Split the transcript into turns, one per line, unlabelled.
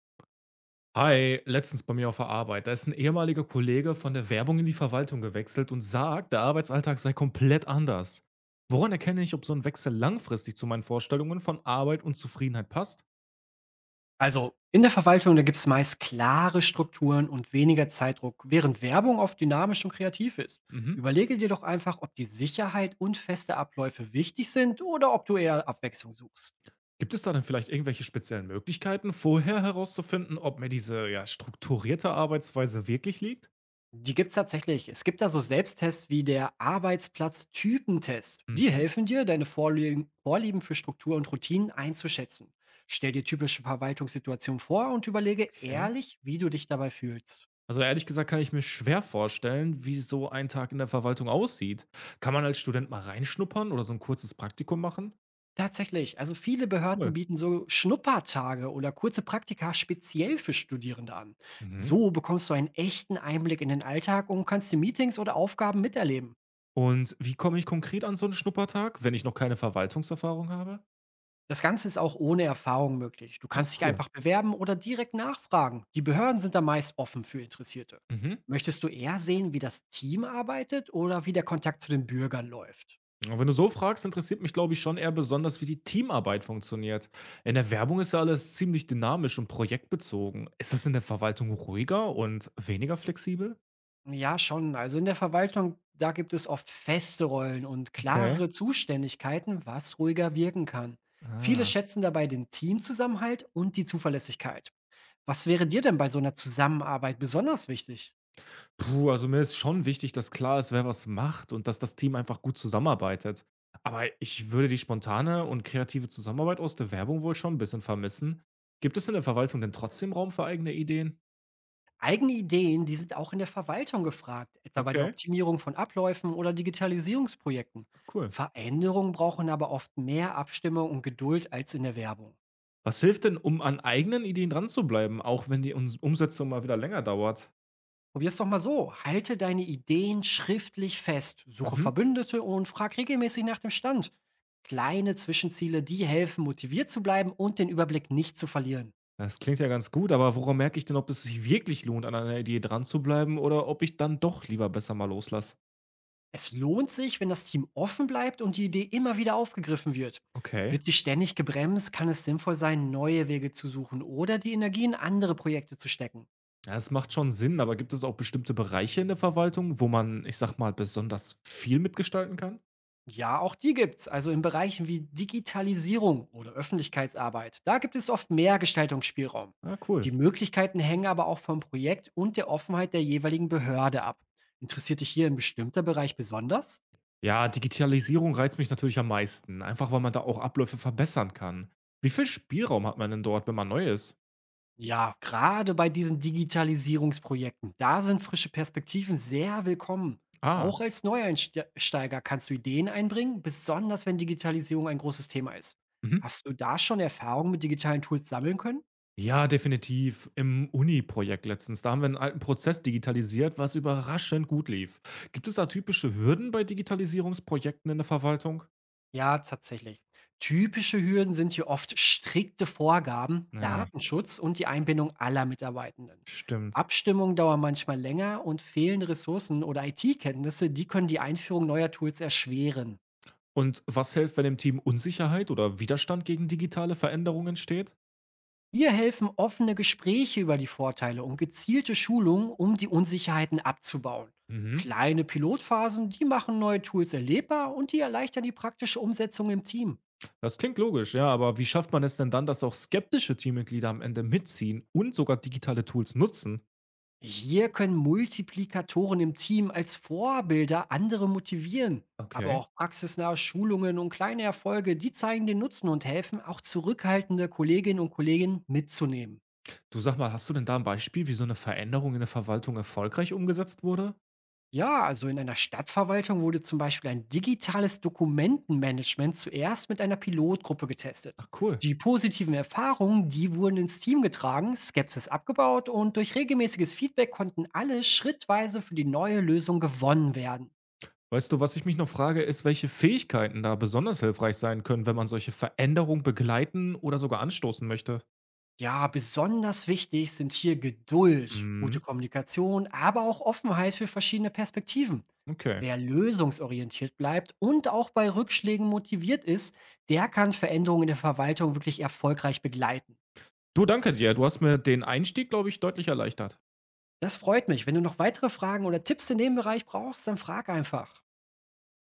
Hi, letztens bei mir auf der Arbeit. Da ist ein ehemaliger Kollege von der Werbung in die Verwaltung gewechselt und sagt, der Arbeitsalltag sei komplett anders. Woran erkenne ich, ob so ein Wechsel langfristig zu meinen Vorstellungen von Arbeit und Zufriedenheit passt?
Also in der Verwaltung, da gibt es meist klare Strukturen und weniger Zeitdruck, während Werbung oft dynamisch und kreativ ist.
Mhm.
Überlege dir doch einfach, ob die Sicherheit und feste Abläufe wichtig sind oder ob du eher Abwechslung suchst.
Gibt es da dann vielleicht irgendwelche speziellen Möglichkeiten, vorher herauszufinden, ob mir diese, ja, strukturierte Arbeitsweise wirklich liegt?
Die gibt es tatsächlich. Es gibt da so Selbsttests wie der Arbeitsplatz-Typentest. Die
Mhm.
helfen dir, deine Vorlieben für Struktur und Routinen einzuschätzen. Stell dir typische Verwaltungssituationen vor und überlege
Okay.
ehrlich, wie du dich dabei fühlst.
Also ehrlich gesagt kann ich mir schwer vorstellen, wie so ein Tag in der Verwaltung aussieht. Kann man als Student mal reinschnuppern oder so ein kurzes Praktikum machen?
Tatsächlich, also viele
Cool.
Behörden bieten so Schnuppertage oder kurze Praktika speziell für Studierende an.
Mhm.
So bekommst du einen echten Einblick in den Alltag und kannst die Meetings oder Aufgaben miterleben.
Und wie komme ich konkret an so einen Schnuppertag, wenn ich noch keine Verwaltungserfahrung habe?
Das Ganze ist auch ohne Erfahrung möglich. Du
Ach,
kannst dich
cool.
einfach bewerben oder direkt nachfragen. Die Behörden sind da meist offen für Interessierte.
Mhm.
Möchtest du eher sehen, wie das Team arbeitet oder wie der Kontakt zu den Bürgern läuft?
Und wenn du so fragst, interessiert mich, glaube ich, schon eher besonders, wie die Teamarbeit funktioniert. In der Werbung ist ja alles ziemlich dynamisch und projektbezogen. Ist das in der Verwaltung ruhiger und weniger flexibel?
Ja, schon. Also in der Verwaltung, da gibt es oft feste Rollen und
Okay.
klarere Zuständigkeiten, was ruhiger wirken kann. Viele
Ah.
schätzen dabei den Teamzusammenhalt und die Zuverlässigkeit. Was wäre dir denn bei so einer Zusammenarbeit besonders wichtig?
Puh, also mir ist schon wichtig, dass klar ist, wer was macht und dass das Team einfach gut zusammenarbeitet. Aber ich würde die spontane und kreative Zusammenarbeit aus der Werbung wohl schon ein bisschen vermissen. Gibt es in der Verwaltung denn trotzdem Raum für eigene Ideen?
Eigene Ideen, die sind auch in der Verwaltung gefragt, etwa bei der
Okay,
Optimierung von Abläufen oder Digitalisierungsprojekten.
cool.
Veränderungen brauchen aber oft mehr Abstimmung und Geduld als in der Werbung.
Was hilft denn, um an eigenen Ideen dran zu bleiben, auch wenn die Umsetzung mal wieder länger dauert?
Probier's doch mal so. Halte deine Ideen schriftlich fest, suche
Mhm.
Verbündete und frag regelmäßig nach dem Stand. Kleine Zwischenziele, die helfen, motiviert zu bleiben und den Überblick nicht zu verlieren.
Das klingt ja ganz gut, aber woran merke ich denn, ob es sich wirklich lohnt, an einer Idee dran zu bleiben oder ob ich dann doch lieber besser mal loslasse?
Es lohnt sich, wenn das Team offen bleibt und die Idee immer wieder aufgegriffen wird.
Okay.
Wird sie ständig gebremst, kann es sinnvoll sein, neue Wege zu suchen oder die Energie in andere Projekte zu stecken.
Ja, es macht schon Sinn, aber gibt es auch bestimmte Bereiche in der Verwaltung, wo man, ich sag mal, besonders viel mitgestalten kann?
Ja, auch die gibt's. Also in Bereichen wie Digitalisierung oder Öffentlichkeitsarbeit. Da gibt es oft mehr Gestaltungsspielraum.
Ah,
Die
cool.
Möglichkeiten hängen aber auch vom Projekt und der Offenheit der jeweiligen Behörde ab. Interessiert dich hier ein bestimmter Bereich besonders?
Ja, Digitalisierung reizt mich natürlich am meisten, einfach weil man da auch Abläufe verbessern kann. Wie viel Spielraum hat man denn dort, wenn man neu ist?
Ja, gerade bei diesen Digitalisierungsprojekten, da sind frische Perspektiven sehr willkommen.
Ah,
Auch als Neueinsteiger kannst du Ideen einbringen, besonders wenn Digitalisierung ein großes Thema ist.
mhm.
Hast du da schon Erfahrungen mit digitalen Tools sammeln können?
Ja, definitiv. Im Uni-Projekt letztens, da haben wir einen alten Prozess digitalisiert, was überraschend gut lief. Gibt es da typische Hürden bei Digitalisierungsprojekten in der Verwaltung?
Ja, tatsächlich. Typische Hürden sind hier oft strikte Vorgaben,
Ja,
Datenschutz und die Einbindung aller Mitarbeitenden.
stimmt.
Abstimmungen dauern manchmal länger und fehlende Ressourcen oder IT-Kenntnisse, die können die Einführung neuer Tools erschweren.
Und was hilft, wenn im Team Unsicherheit oder Widerstand gegen digitale Veränderungen entsteht?
Hier helfen offene Gespräche über die Vorteile und gezielte Schulungen, um die Unsicherheiten abzubauen.
Mhm.
Kleine Pilotphasen, die machen neue Tools erlebbar und die erleichtern die praktische Umsetzung im Team.
Das klingt logisch, ja, aber wie schafft man es denn dann, dass auch skeptische Teammitglieder am Ende mitziehen und sogar digitale Tools nutzen?
Hier können Multiplikatoren im Team als Vorbilder andere motivieren. Aber
Okay.
auch praxisnahe Schulungen und kleine Erfolge, die zeigen den Nutzen und helfen, auch zurückhaltende Kolleginnen und Kollegen mitzunehmen.
Du, sag mal, hast du denn da ein Beispiel, wie so eine Veränderung in der Verwaltung erfolgreich umgesetzt wurde?
Ja, also in einer Stadtverwaltung wurde zum Beispiel ein digitales Dokumentenmanagement zuerst mit einer Pilotgruppe getestet.
Ach, cool.
Die positiven Erfahrungen, die wurden ins Team getragen, Skepsis abgebaut und durch regelmäßiges Feedback konnten alle schrittweise für die neue Lösung gewonnen werden.
Weißt du, was ich mich noch frage, ist, welche Fähigkeiten da besonders hilfreich sein können, wenn man solche Veränderungen begleiten oder sogar anstoßen möchte?
Ja, besonders wichtig sind hier Geduld, gute
Mhm.
Kommunikation, aber auch Offenheit für verschiedene Perspektiven.
Okay.
Wer lösungsorientiert bleibt und auch bei Rückschlägen motiviert ist, der kann Veränderungen in der Verwaltung wirklich erfolgreich begleiten.
Du, danke dir. Du hast mir den Einstieg, glaube ich, deutlich erleichtert.
Das freut mich. Wenn du noch weitere Fragen oder Tipps in dem Bereich brauchst, dann frag einfach.